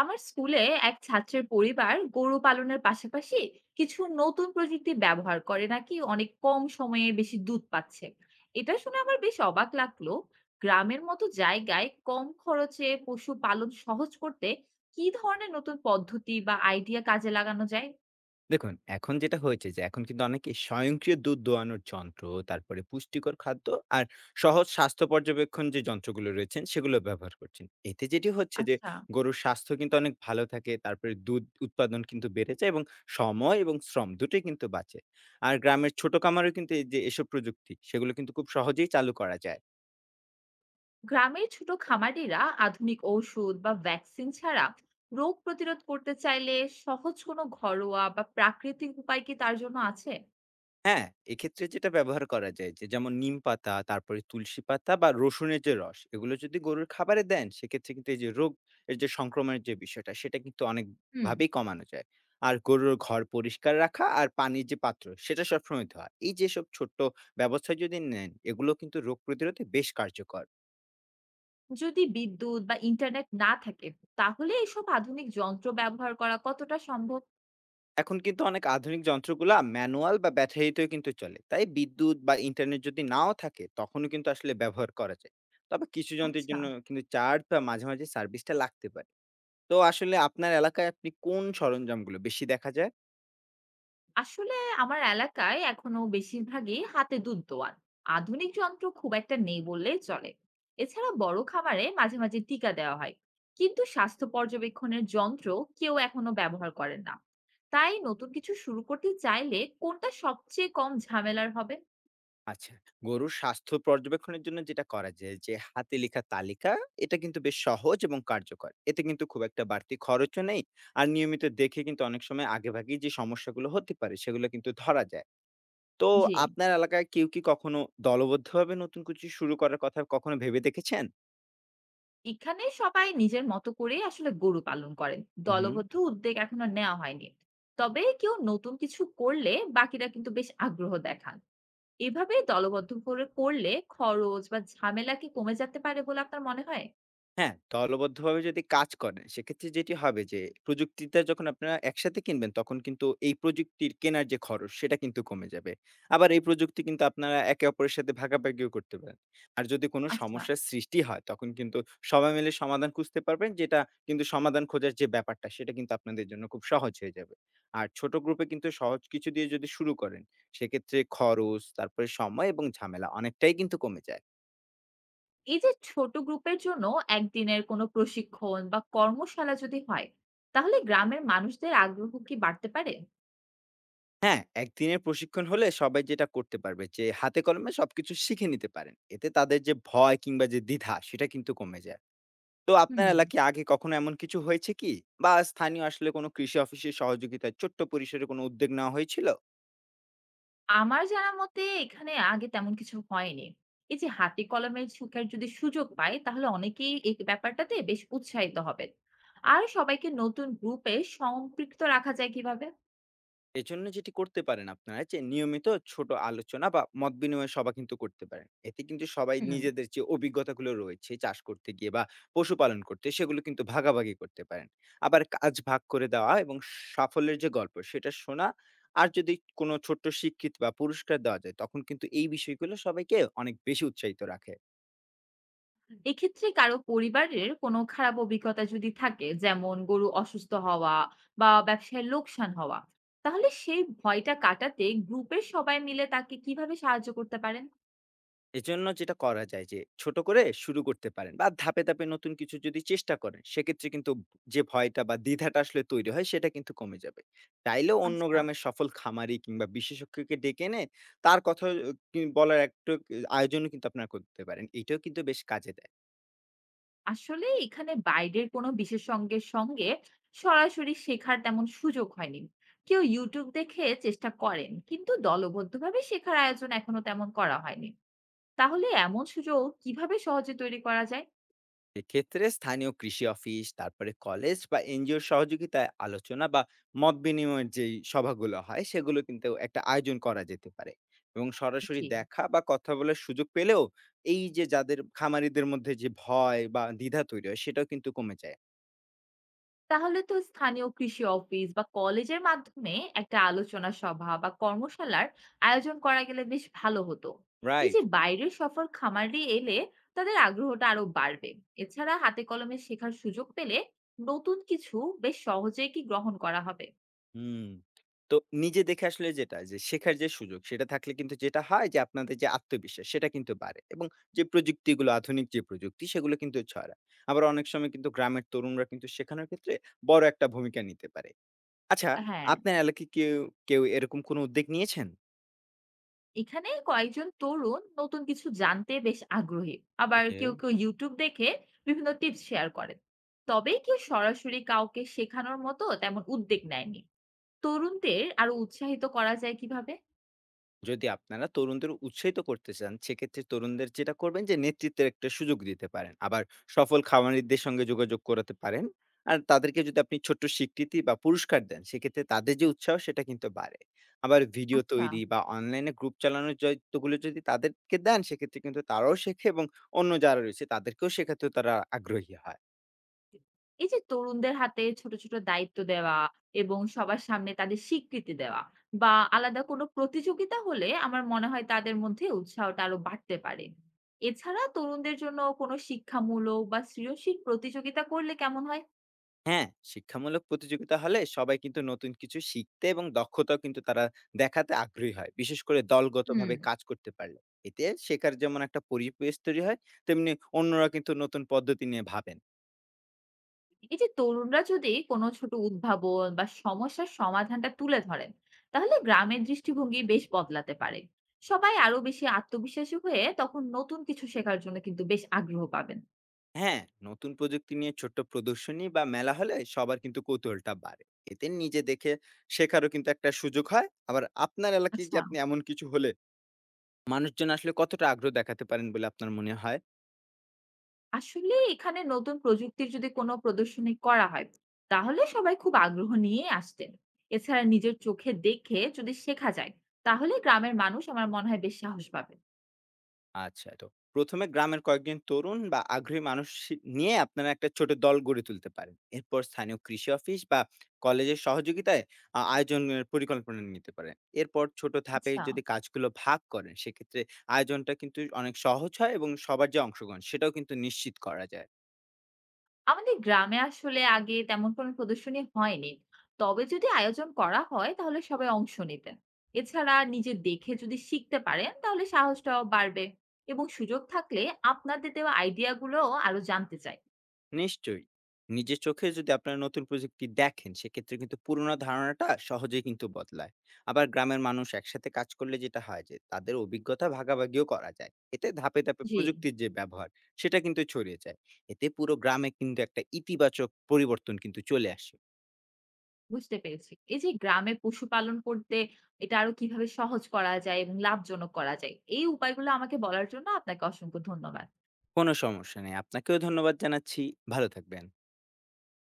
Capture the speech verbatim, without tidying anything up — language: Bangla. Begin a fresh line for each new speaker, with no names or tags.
আমার স্কুলে এক ছাত্রের পরিবার গরু পালনের পাশাপাশি কিছু নতুন প্রযুক্তি ব্যবহার করে নাকি অনেক কম সময়ে বেশি দুধ পাচ্ছে। এটা শুনে আমার বেশ অবাক লাগলো। গ্রামের মতো জায়গায় কম খরচে পশু পালন সহজ করতে কি ধরনের নতুন পদ্ধতি বা আইডিয়া কাজে লাগানো যায়?
দেখুন, এখন যেটা হয়েছে যে এখন কিন্তু অনেকে স্বয়ংক্রিয় দুধ দোয়ানোর যন্ত্র, তারপরে পুষ্টিকর খাদ্য আর সহজ স্বাস্থ্য পর্যবেক্ষণ যে যন্ত্রগুলো রয়েছেন সেগুলো ব্যবহার করছেন। এতে যেটি হচ্ছে যে
আচ্ছা।
গরুর স্বাস্থ্য কিন্তু অনেক ভালো থাকে। তারপরে দুধ উৎপাদন কিন্তু বেড়ে যায় এবং সময় এবং শ্রম দুটোই কিন্তু বাঁচে। আর গ্রামের ছোট খামারেও কিন্তু এই যে এসব প্রযুক্তি সেগুলো কিন্তু খুব সহজেই চালু করা যায়।
গ্রামের ছোট খামারিরা আধুনিক ঔষধ বা ভ্যাকসিন ছাড়া রোগ প্রতিরোধ করতে চাইলে সহজ কোনো ঘরোয়া বা প্রাকৃতিক উপায় কি তার জন্য আছে?
হ্যাঁ, এক্ষেত্রে যেটা ব্যবহার করা যায় যে যেমন নিমপাতা, তারপরে তুলসী পাতা বা রসুনের যে রস, এগুলো যদি গরুর খাবারে দেন সেক্ষেত্রে কিন্তু এই যে রোগ এর যে সংক্রমণের যে বিষয়টা সেটা কিন্তু
হুম।
অনেকভাবেই কমানো যায়। আর গরুর ঘর পরিষ্কার রাখা আর পানির যে পাত্র সেটা সবসময় ধোয়া। এই যেসব ছোট্ট ব্যবস্থা যদি নেন এগুলো কিন্তু রোগ প্রতিরোধে বেশ কার্যকর।
যদি বিদ্যুৎ বা ইন্টারনেট না থাকে তাহলে এসব আধুনিক যন্ত্র ব্যবহার করা কতটা সম্ভব?
এখন কিন্তু অনেক আধুনিক যন্ত্রগুলা ম্যানুয়াল বা ব্যাটারিতেও কিন্তু চলে। তাই বিদ্যুৎ বা ইন্টারনেট যদি নাও থাকে, তখনও কিন্তু আসলে ব্যবহার করা যায়। তবে কিছু যন্ত্রের
আচ্ছা।
জন্য কিন্তু চার্জ বা মাঝে, মাঝে সার্ভিসটা লাগতে পারে। তো আসলে আপনার এলাকায় আপনি কোন সরঞ্জামগুলো বেশি দেখা যায়?
আসলে আমার এলাকায় এখনো বেশিরভাগই হাতে দুধ দোয়ান, আধুনিক যন্ত্র খুব একটা নেই বললেই চলে। এছাড়া বড় খামারে মাঝে মাঝে টিকা দেওয়া হয়, কিন্তু স্বাস্থ্য পর্যবেক্ষণের যন্ত্র কেউ এখনো ব্যবহার করেন না। তাই নতুন কিছু শুরু করতে চাইলে কোনটা সবচেয়ে কম ঝামেলার হবে?
আচ্ছা, গরুর স্বাস্থ্য পর্যবেক্ষণের জন্য যেটা করা যায় যে, হাতে লেখা তালিকা, এটা কিন্তু বেশ সহজ এবং কার্যকর। এতে কিন্তু খুব একটা বাড়তি খরচও নেই। আর নিয়মিত দেখে কিন্তু অনেক সময় আগেভাগেই যে সমস্যাগুলো হতে পারে, সেগুলো কিন্তু ধরা যায়। তো
জি।
আপনার এলাকায় কেউ কি কখনো দলবদ্ধভাবে নতুন কিছু শুরু করার কথা কখনো ভেবে দেখেছেন?
এখানে সবাই নিজের মতো করেই আসলে গরু পালন করেন।
হুম।
দলবদ্ধ উদ্যোগ এখনো নেওয়া হয়নি। তবে কেউ নতুন কিছু করলে বাকিরা কিন্তু বেশ আগ্রহ দেখান। এভাবে দলবদ্ধ করে করলে খরচ বা ঝামেলা কি কমে যেতে পারে বলে আপনার মনে হয়?
হ্যাঁ, দলবদ্ধভাবে যদি কাজ করেন, সেক্ষেত্রে যেটি হবে যে, প্রযুক্তিটা যখন আপনারা একসাথে কিনবেন, তখন কিন্তু এই প্রযুক্তির কেনার যে খরচ, সেটা কিন্তু কমে যাবে। আবার এই প্রযুক্তি কিন্তু আপনারা একে অপরের সাথে ভাগাভাগিও করতে পারেন। আর যদি কোনো
আচ্ছা,
সমস্যার সৃষ্টি হয়, তখন কিন্তু সবাই মিলে সমাধান খুঁজতে পারবেন, যেটা কিন্তু সমাধান খোঁজার যে ব্যাপারটা, সেটা কিন্তু আপনাদের জন্য খুব সহজ হয়ে যাবে। আর ছোট গ্রুপে কিন্তু সহজ কিছু দিয়ে যদি শুরু করেন, সেক্ষেত্রে খরচ, তারপরে সময় এবং ঝামেলা অনেকটাই কিন্তু কমে যায়।
এই যে ছোট গ্রুপের জন্য একদিনের কোনো প্রশিক্ষণ বা কর্মশালা যদি হয়, তাহলে গ্রামের মানুষদের আগ্রহ কি বাড়তে পারে?
হ্যাঁ, একদিনের প্রশিক্ষণ হলে সবাই যেটা করতে পারবে যে হাতে কলমে সবকিছু শিখে নিতে পারেন। এতে তাদের যে ভয় কিংবা যে দ্বিধা সেটা কিন্তু কমে যায়। তো আপনার
হুম।
এলাকায় আগে কখনো এমন কিছু হয়েছে কি? বা স্থানীয় আসলে কোনো কৃষি অফিসের সহযোগিতায় ছোট্ট পরিসরে কোনো উদ্যোগ নেওয়া হয়েছিল?
আমার জানা মতে এখানে আগে তেমন কিছু হয়নি। এই যে হাতে কলমে শেখার যদি সুযোগ পায় তাহলে অনেকেই এই ব্যাপারটাতে বেশ উৎসাহিত হবেন। আর সবাইকে নতুন গ্রুপে সম্পৃক্ত রাখা যায় কিভাবে?
এজন্য যেটি করতে পারেন আপনারা যে নিয়মিত ছোট আলোচনা বা মত বিনিময় সভা কিন্তু করতে পারেন। এতে কিন্তু সবাই
হুম।
নিজেদের যে অভিজ্ঞতাগুলো রয়েছে চাষ করতে গিয়ে বা পশুপালন করতে সেগুলো কিন্তু ভাগাভাগি করতে পারেন। আবার কাজ ভাগ করে দেওয়া এবং সাফল্যের যে গল্প সেটা শোনা আর যদি কোনো ছোট্ট স্বীকৃতি বা পুরস্কার দেওয়া যায় তখন কিন্তু এই বিষয়গুলো সবাইকে অনেক বেশি উৎসাহিত রাখে।
এক্ষেত্রে কারো পরিবারের কোনো খারাপ অভিজ্ঞতা যদি থাকে, যেমন গরু অসুস্থ হওয়া বা ব্যবসায় লোকসান হওয়া, তাহলে সেই ভয়টা কাটাতে গ্রুপের সবাই মিলে তাকে কিভাবে সাহায্য করতে পারেন?
এজন্য যেটা করা যায় যে, ছোট করে শুরু করতে পারেন বা ধাপে, ধাপে নতুন কিছু যদি চেষ্টা করেন, সেক্ষেত্রে কিন্তু যে ভয়টা বা দ্বিধাটা আসলে তৈরি হয়, সেটা কিন্তু কমে যাবে। চাইলেও অন্য
আচ্ছা।
গ্রামের সফল খামারি কিংবা বিশেষজ্ঞকে ডেকে এনে তার কথা অ কি বলার একটু আয়োজনও কিন্তু আপনারা করতে পারেন। এটাও কিন্তু বেশ কাজে দেয়।
আসলে এখানে বাইরের কোনো বিশেষজ্ঞের সঙ্গে সরাসরি শেখার তেমন সুযোগ হয়নি। কেউ ইউটিউব দেখে চেষ্টা করেন, কিন্তু দলবদ্ধভাবে শেখার আয়োজন এখনো তেমন করা হয়নি। তাহলে এমন সুযোগ কিভাবে সহজে তৈরি করা যায়?
এক্ষেত্রে স্থানীয় কৃষি অফিস, তারপরে কলেজ বা এনজিওর সহযোগিতায় আলোচনা বা মত বিনিময়ের যেই সভাগুলো হয়, সেগুলো কিন্তু একটা আয়োজন করা যেতে পারে। এবং সরাসরি
জি।
দেখা বা কথা বলার সুযোগ পেলেও এই যে যাদের খামারিদের মধ্যে যে ভয় বা দ্বিধা তৈরি হয়, সেটাও কিন্তু কমে যায়।
তাহলে তো স্থানীয় কৃষি অফিস বা কলেজের মাধ্যমে একটা আলোচনা সভা বা কর্মশালার আয়োজন করা গেলে বেশ ভালো হতো। এই
রাইট?
যে বাইরের সফর খামারে এলে তাদের আগ্রহটা আরো বাড়বে। এছাড়া হাতে কলমে শেখার সুযোগ পেলে নতুন কিছু বেশ সহজেই কি গ্রহণ করা হবে?
হুম। তো নিজে দেখে আসলে যেটা যে শেখার যে সুযোগ সেটা থাকলে কিন্তু যেটা হয় যে আপনাদের যে আত্মবিশ্বাস সেটা কিন্তু বাড়ে এবং যে প্রযুক্তিগুলো আধুনিক যে প্রযুক্তি সেগুলো কিন্তু ছড়ায়। আবার অনেক সময় কিন্তু গ্রামের তরুণরা কিন্তু শেখানোর ক্ষেত্রে বড় একটা ভূমিকা নিতে পারে। আচ্ছা
হ্যাঁ।
আপনার এলাকায় কেউ, কেউ এরকম কোনো উদ্যোগ নিয়েছেন?
এখানে কয়েকজন তরুণ নতুন কিছু জানতে বেশ আগ্রহী, আবার
ওকে।
কেউ কেউ ইউটিউব দেখে বিভিন্ন টিপস শেয়ার করেন। তবে কেউ সরাসরি কাউকে শেখানোর মতো তেমন উদ্যোগ নেয়নি। তরুণদের আরো উৎসাহিত করা যায় কিভাবে?
যদি আপনারা তরুণদের উৎসাহিত করতে চান সেক্ষেত্রে তরুণদের যেটা করবেন যে নেতৃত্বের একটা সুযোগ দিতে পারেন আবার সফল খামারিদের সঙ্গে যোগাযোগ করাতে পারেন আর তাদেরকে যদি আপনি ছোট্ট স্বীকৃতি বা পুরস্কার দেন সেক্ষেত্রে তাদের যে উৎসাহ সেটা কিন্তু বাড়ে আবার ভিডিও
আচ্ছা।
তৈরি বা অনলাইনে গ্রুপ চালানোর দায়িত্বগুলো যদি তাদেরকে দেন সেক্ষেত্রে কিন্তু তারাও শেখে এবং অন্য যারা রয়েছে তাদেরকেও শেখাতেও তারা আগ্রহী হয়
এই যে তরুণদের হাতে ছোট, ছোট দায়িত্ব দেওয়া এবং সবার সামনে তাদের স্বীকৃতি দেওয়া বা আলাদা কোনো প্রতিযোগিতা হলে আমার মনে হয় তাদের মধ্যে উৎসাহটা আরো বাড়তে পারে। এছাড়া তরুণদের জন্য কোনো শিক্ষামূলক বা সৃজনশীল প্রতিযোগিতা করলে কেমন হয়?
হ্যাঁ, শিক্ষামূলক প্রতিযোগিতা হলে সবাই কিন্তু নতুন কিছু শিখতে এবং দক্ষতাও কিন্তু তারা দেখাতে আগ্রহী হয়। বিশেষ করে
হুম।
দলগতভাবে কাজ করতে পারলে। এতে শেখার যেমন একটা পরিবেশ তৈরি হয়, তেমনি অন্যরা কিন্তু নতুন পদ্ধতি নিয়ে ভাবেন।
এই যে তরুণরা যদি কোনো ছোট উদ্ভাবন বা সমস্যার সমাধানটা তুলে ধরেন তাহলে গ্রামের দৃষ্টিভঙ্গি বেশ বদলাতে পারে। সবাই আরো বেশি আত্মবিশ্বাসী হয়ে তখন নতুন কিছু শেখার জন্য কিন্তু বেশ আগ্রহ পাবেন।
হ্যাঁ, নতুন প্রযুক্তি নিয়ে ছোট্ট প্রদর্শনী বা মেলা হলে সবার কিন্তু কৌতূহলটা বাড়ে। এতে নিজে দেখে শেখারও কিন্তু একটা সুযোগ হয়। আবার আপনার এলাকায় কি
আচ্ছা।
আপনি এমন কিছু হলে মানুষজন আসলে কতটা আগ্রহ দেখাতে পারেন বলে আপনার মনে হয়?
আসলে এখানে নতুন প্রযুক্তির যদি কোনো প্রদর্শনী করা হয় তাহলে সবাই খুব আগ্রহ নিয়ে আসতেন। এছাড়া নিজের চোখে দেখে যদি শেখা যায় তাহলে গ্রামের মানুষ আমার মনে হয় বেশ সাহস পাবে।
আচ্ছা তো প্রথম এ গ্রামের কয়েকজন তরুণ বা আগ্রহী মানুষ শি- নিয়ে আপনারা একটা ছোট দল গড়ে তুলতে পারেন। এরপর স্থানীয় কৃষি অফিস বা কলেজের সহযোগিতায় আ আয়োজনের পরিকল্পনা নিতে পারেন। এরপর ছোট ধাপে
আচ্ছা।
যদি কাজগুলো ভাগ করেন, সেক্ষেত্রে আয়োজনটা কিন্তু অনেক সহজ হয় এবং সবার যে অংশগ্রহণ সেটাও কিন্তু নিশ্চিত করা যায়।
আমাদের গ্রামে আসলে আগে তেমন কোনো প্রদর্শনী হয়নি, তবে যদি আয়োজন করা হয় তাহলে সবাই অংশ নিতেন। এছাড়া নিজে দেখে যদি শিখতে পারেন তাহলে সাহসটাও বাড়বে, এবং সুযোগ থাকলে আপনাদের দেওয়া আইডিয়া গুলো আরো জানতে চাই।
নিশ্চয়ই। নিজের চোখে যদি আপনারা নতুন প্রযুক্তি দেখেন, সেক্ষেত্রে কিন্তু পুরোনো ধারণাটা সহজেই কিন্তু বদলায়। আবার গ্রামের মানুষ একসাথে কাজ করলে যেটা হয় যে, তাদের অভিজ্ঞতা ভাগাভাগিও করা যায়। এতে ধাপে, ধাপে
জি।
প্রযুক্তির যে ব্যবহার, সেটা কিন্তু ছড়িয়ে যায়। এতে পুরো গ্রামে কিন্তু একটা ইতিবাচক পরিবর্তন কিন্তু চলে আসে।
বুঝতে পেরেছি, এই যে গ্রামে পশুপালন করতে এটা আরো কিভাবে সহজ করা যায় এবং লাভজনক করা যায় এই উপায়গুলো আমাকে বলার জন্য আপনাকে অসংখ্য ধন্যবাদ।
কোনো সমস্যা নেই। আপনাকেও ধন্যবাদ জানাচ্ছি। ভালো থাকবেন।